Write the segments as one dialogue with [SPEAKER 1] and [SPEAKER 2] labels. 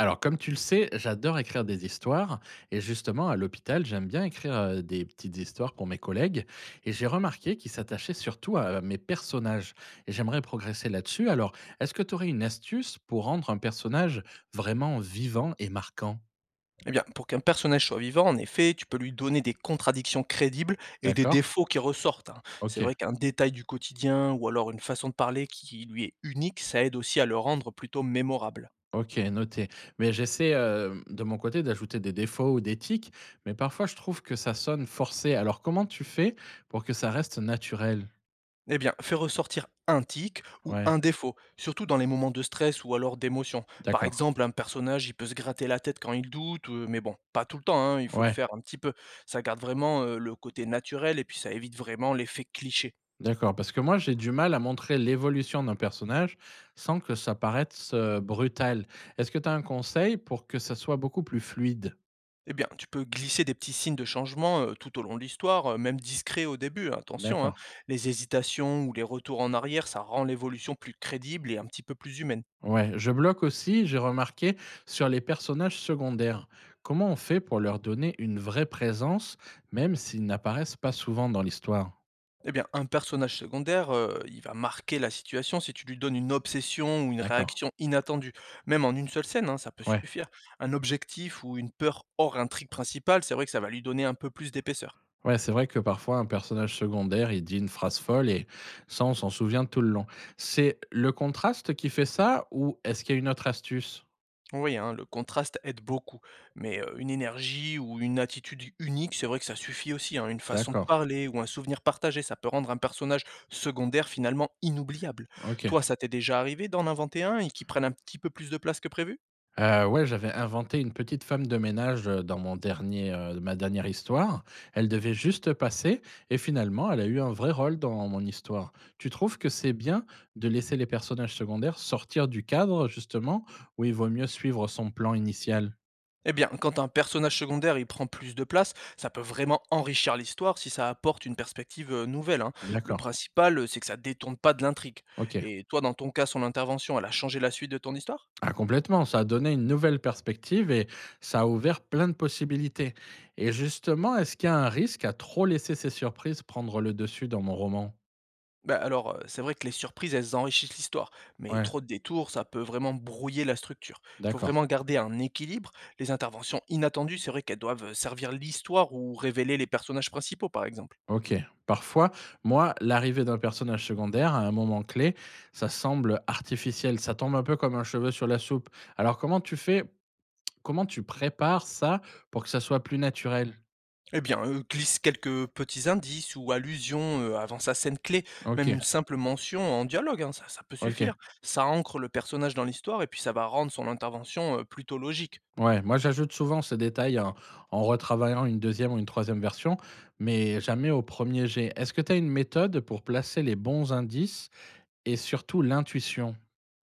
[SPEAKER 1] Alors, comme tu le sais, j'adore écrire des histoires. Et justement, à l'hôpital, j'aime bien écrire des petites histoires pour mes collègues. Et j'ai remarqué qu'ils s'attachaient surtout à mes personnages. Et j'aimerais progresser là-dessus. Alors, est-ce que tu aurais une astuce pour rendre un personnage vraiment vivant et marquant?
[SPEAKER 2] Eh bien, pour qu'un personnage soit vivant, en effet, tu peux lui donner des contradictions crédibles et des
[SPEAKER 1] D'accord.
[SPEAKER 2] défauts qui ressortent, hein. C'est vrai
[SPEAKER 1] Ok.
[SPEAKER 2] qu'un détail du quotidien ou alors une façon de parler qui lui est unique, ça aide aussi à le rendre plutôt mémorable.
[SPEAKER 1] Ok, noté. Mais j'essaie de mon côté d'ajouter des défauts ou des tics, mais parfois je trouve que ça sonne forcé. Alors comment tu fais pour que ça reste naturel?
[SPEAKER 2] Eh bien, fais ressortir un tic ou
[SPEAKER 1] Ouais,
[SPEAKER 2] un défaut, surtout dans les moments de stress ou alors d'émotion. Par
[SPEAKER 1] d'accord.
[SPEAKER 2] exemple, un personnage, il peut se gratter la tête quand il doute, mais bon, pas tout le temps, hein, il faut le
[SPEAKER 1] Ouais.
[SPEAKER 2] faire un petit peu. Ça garde vraiment le côté naturel et puis ça évite vraiment l'effet cliché.
[SPEAKER 1] D'accord, parce que moi j'ai du mal à montrer l'évolution d'un personnage sans que ça paraisse, brutal. Est-ce que tu as un conseil pour que ça soit beaucoup plus fluide?
[SPEAKER 2] Eh bien, tu peux glisser des petits signes de changement tout au long de l'histoire, même discrets au début, hein, attention, hein.
[SPEAKER 1] D'accord.
[SPEAKER 2] Les hésitations ou les retours en arrière, ça rend l'évolution plus crédible et un petit peu plus humaine.
[SPEAKER 1] Ouais, je bloque aussi, j'ai remarqué, sur les personnages secondaires. Comment on fait pour leur donner une vraie présence, même s'ils n'apparaissent pas souvent dans l'histoire?
[SPEAKER 2] Eh bien, un personnage secondaire, il va marquer la situation si tu lui donnes une obsession ou une
[SPEAKER 1] D'accord.
[SPEAKER 2] réaction inattendue. Même en une seule scène, hein, ça peut
[SPEAKER 1] Ouais.
[SPEAKER 2] suffire. Un objectif ou une peur hors intrigue principale, c'est vrai que ça va lui donner un peu plus d'épaisseur.
[SPEAKER 1] Ouais, c'est vrai que parfois un personnage secondaire, il dit une phrase folle et ça, on s'en souvient tout le long. C'est le contraste qui fait ça ou est-ce qu'il y a une autre astuce?
[SPEAKER 2] Oui, hein, le contraste aide beaucoup, mais une énergie ou une attitude unique, c'est vrai que ça suffit aussi, hein. Une façon de
[SPEAKER 1] D'accord.
[SPEAKER 2] parler ou un souvenir partagé, ça peut rendre un personnage secondaire finalement inoubliable.
[SPEAKER 1] OK.
[SPEAKER 2] Toi, ça t'est déjà arrivé d'en inventer un et qui prenne un petit peu plus de place que prévu?
[SPEAKER 1] Ouais, j'avais inventé une petite femme de ménage, dans mon dernier, ma dernière histoire. Elle devait juste passer et finalement, elle a eu un vrai rôle dans mon histoire. Tu trouves que c'est bien de laisser les personnages secondaires sortir du cadre, justement, où il vaut mieux suivre son plan initial?
[SPEAKER 2] Eh bien, quand un personnage secondaire il prend plus de place, ça peut vraiment enrichir l'histoire si ça apporte une perspective nouvelle, hein. Le
[SPEAKER 1] D'accord,
[SPEAKER 2] principal, c'est que ça détourne pas de l'intrigue.
[SPEAKER 1] OK.
[SPEAKER 2] Et toi, dans ton cas, son intervention, elle a changé la suite de ton histoire?
[SPEAKER 1] Ah complètement, ça a donné une nouvelle perspective et ça a ouvert plein de possibilités et justement, est-ce qu'il y a un risque à trop laisser ces surprises prendre le dessus dans mon roman?
[SPEAKER 2] Bah, alors, c'est vrai que les surprises, elles enrichissent l'histoire, mais
[SPEAKER 1] Ouais,
[SPEAKER 2] trop de détours, ça peut vraiment brouiller la structure. Il faut
[SPEAKER 1] d'accord.
[SPEAKER 2] vraiment garder un équilibre. Les interventions inattendues, c'est vrai qu'elles doivent, servir l'histoire ou révéler les personnages principaux, par exemple.
[SPEAKER 1] OK. Parfois, moi, l'arrivée d'un personnage secondaire à un moment clé, ça semble artificiel, ça tombe un peu comme un cheveu sur la soupe. Alors comment tu fais, comment tu prépares ça pour que ça soit plus naturel?
[SPEAKER 2] Eh bien, glisse quelques petits indices ou allusions, avant sa scène clé.
[SPEAKER 1] OK,
[SPEAKER 2] Même une simple mention en dialogue, hein, ça peut
[SPEAKER 1] OK.
[SPEAKER 2] suffire. Ça ancre le personnage dans l'histoire et puis ça va rendre son intervention, plutôt logique.
[SPEAKER 1] Ouais, moi j'ajoute souvent ce détail en retravaillant une deuxième ou une troisième version, mais jamais au premier jet. Est-ce que tu as une méthode pour placer les bons indices et surtout l'intuition?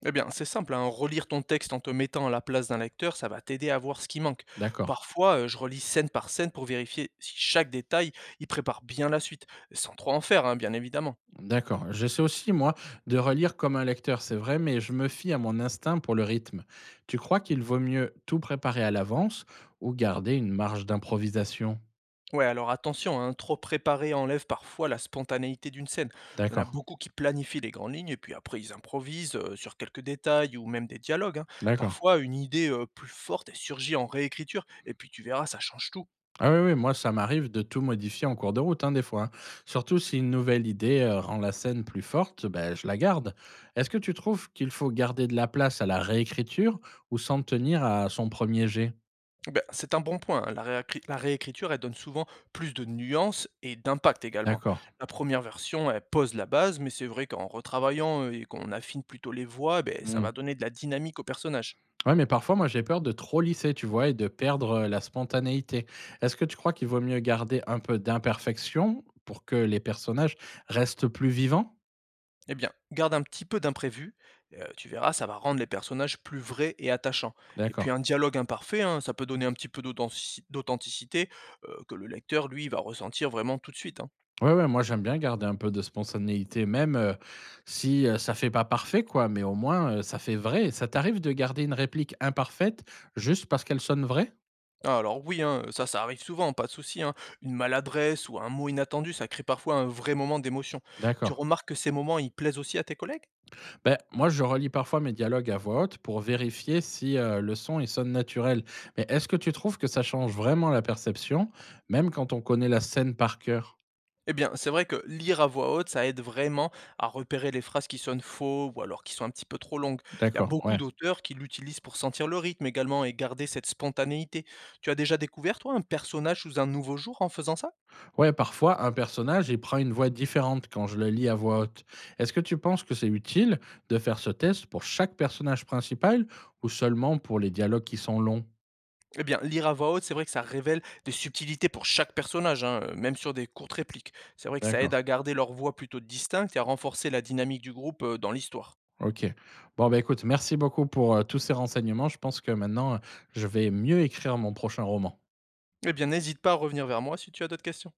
[SPEAKER 2] Eh bien, c'est simple, hein, relire ton texte en te mettant à la place d'un lecteur, ça va t'aider à voir ce qui manque.
[SPEAKER 1] D'accord.
[SPEAKER 2] Parfois, je relis scène par scène pour vérifier si chaque détail y prépare bien la suite, sans trop en faire, hein, bien évidemment.
[SPEAKER 1] D'accord. J'essaie aussi, moi, de relire comme un lecteur, c'est vrai, mais je me fie à mon instinct pour le rythme. Tu crois qu'il vaut mieux tout préparer à l'avance ou garder une marge d'improvisation?
[SPEAKER 2] Ouais, alors attention, hein, trop préparé enlève parfois la spontanéité d'une scène. Il y en a
[SPEAKER 1] D'accord,
[SPEAKER 2] beaucoup qui planifient les grandes lignes et puis après ils improvisent sur quelques détails ou même des dialogues, hein.
[SPEAKER 1] d'accord.
[SPEAKER 2] Parfois, une idée plus forte elle surgit en réécriture et puis tu verras, ça change tout.
[SPEAKER 1] Ah oui, oui, moi, ça m'arrive de tout modifier en cours de route, hein, des fois, hein. Surtout si une nouvelle idée rend la scène plus forte, ben, je la garde. Est-ce que tu trouves qu'il faut garder de la place à la réécriture ou s'en tenir à son premier jet?
[SPEAKER 2] Ben, c'est un bon point, hein. La réécriture, elle donne souvent plus de nuances et d'impact également.
[SPEAKER 1] D'accord.
[SPEAKER 2] La première version, elle pose la base, mais c'est vrai qu'en retravaillant et qu'on affine plutôt les voix, ben, ça va
[SPEAKER 1] Hmm.
[SPEAKER 2] donner de la dynamique au personnage.
[SPEAKER 1] Ouais, mais parfois, moi, j'ai peur de trop lisser, tu vois, et de perdre la spontanéité. Est-ce que tu crois qu'il vaut mieux garder un peu d'imperfection pour que les personnages restent plus vivants?
[SPEAKER 2] Eh bien, garde un petit peu d'imprévu, tu verras, ça va rendre les personnages plus vrais et attachants. Et
[SPEAKER 1] D'accord.
[SPEAKER 2] puis un dialogue imparfait, hein, ça peut donner un petit peu d'authenticité que le lecteur, lui, va ressentir vraiment tout de suite, hein.
[SPEAKER 1] Ouais, ouais, moi, j'aime bien garder un peu de spontanéité, même si ça fait pas parfait, quoi, mais au moins, ça fait vrai. Ça t'arrive de garder une réplique imparfaite juste parce qu'elle sonne vraie?
[SPEAKER 2] Ah, alors oui, hein, ça arrive souvent, pas de souci, hein. Une maladresse ou un mot inattendu, ça crée parfois un vrai moment d'émotion. Tu
[SPEAKER 1] D'accord.
[SPEAKER 2] remarques que ces moments, ils plaisent aussi à tes collègues?
[SPEAKER 1] Ben moi, je relis parfois mes dialogues à voix haute pour vérifier si le son il sonne naturel. Mais est-ce que tu trouves que ça change vraiment la perception, même quand on connaît la scène par cœur?
[SPEAKER 2] Eh bien, c'est vrai que lire à voix haute, ça aide vraiment à repérer les phrases qui sonnent faux ou alors qui sont un petit peu trop longues. Il y a
[SPEAKER 1] D'accord,
[SPEAKER 2] beaucoup
[SPEAKER 1] ouais.
[SPEAKER 2] d'auteurs qui l'utilisent pour sentir le rythme également et garder cette spontanéité. Tu as déjà découvert, toi, un personnage sous un nouveau jour en faisant ça?
[SPEAKER 1] Ouais, parfois, un personnage, il prend une voix différente quand je le lis à voix haute. Est-ce que tu penses que c'est utile de faire ce test pour chaque personnage principal ou seulement pour les dialogues qui sont longs?
[SPEAKER 2] Eh bien, lire à voix haute, c'est vrai que ça révèle des subtilités pour chaque personnage, hein, même sur des courtes répliques. C'est vrai que ça aide
[SPEAKER 1] D'accord,
[SPEAKER 2] à garder leur voix plutôt distincte et à renforcer la dynamique du groupe dans l'histoire.
[SPEAKER 1] ok. Bon, bah écoute, merci beaucoup pour tous ces renseignements. Je pense que maintenant, je vais mieux écrire mon prochain roman.
[SPEAKER 2] Eh bien, n'hésite pas à revenir vers moi si tu as d'autres questions.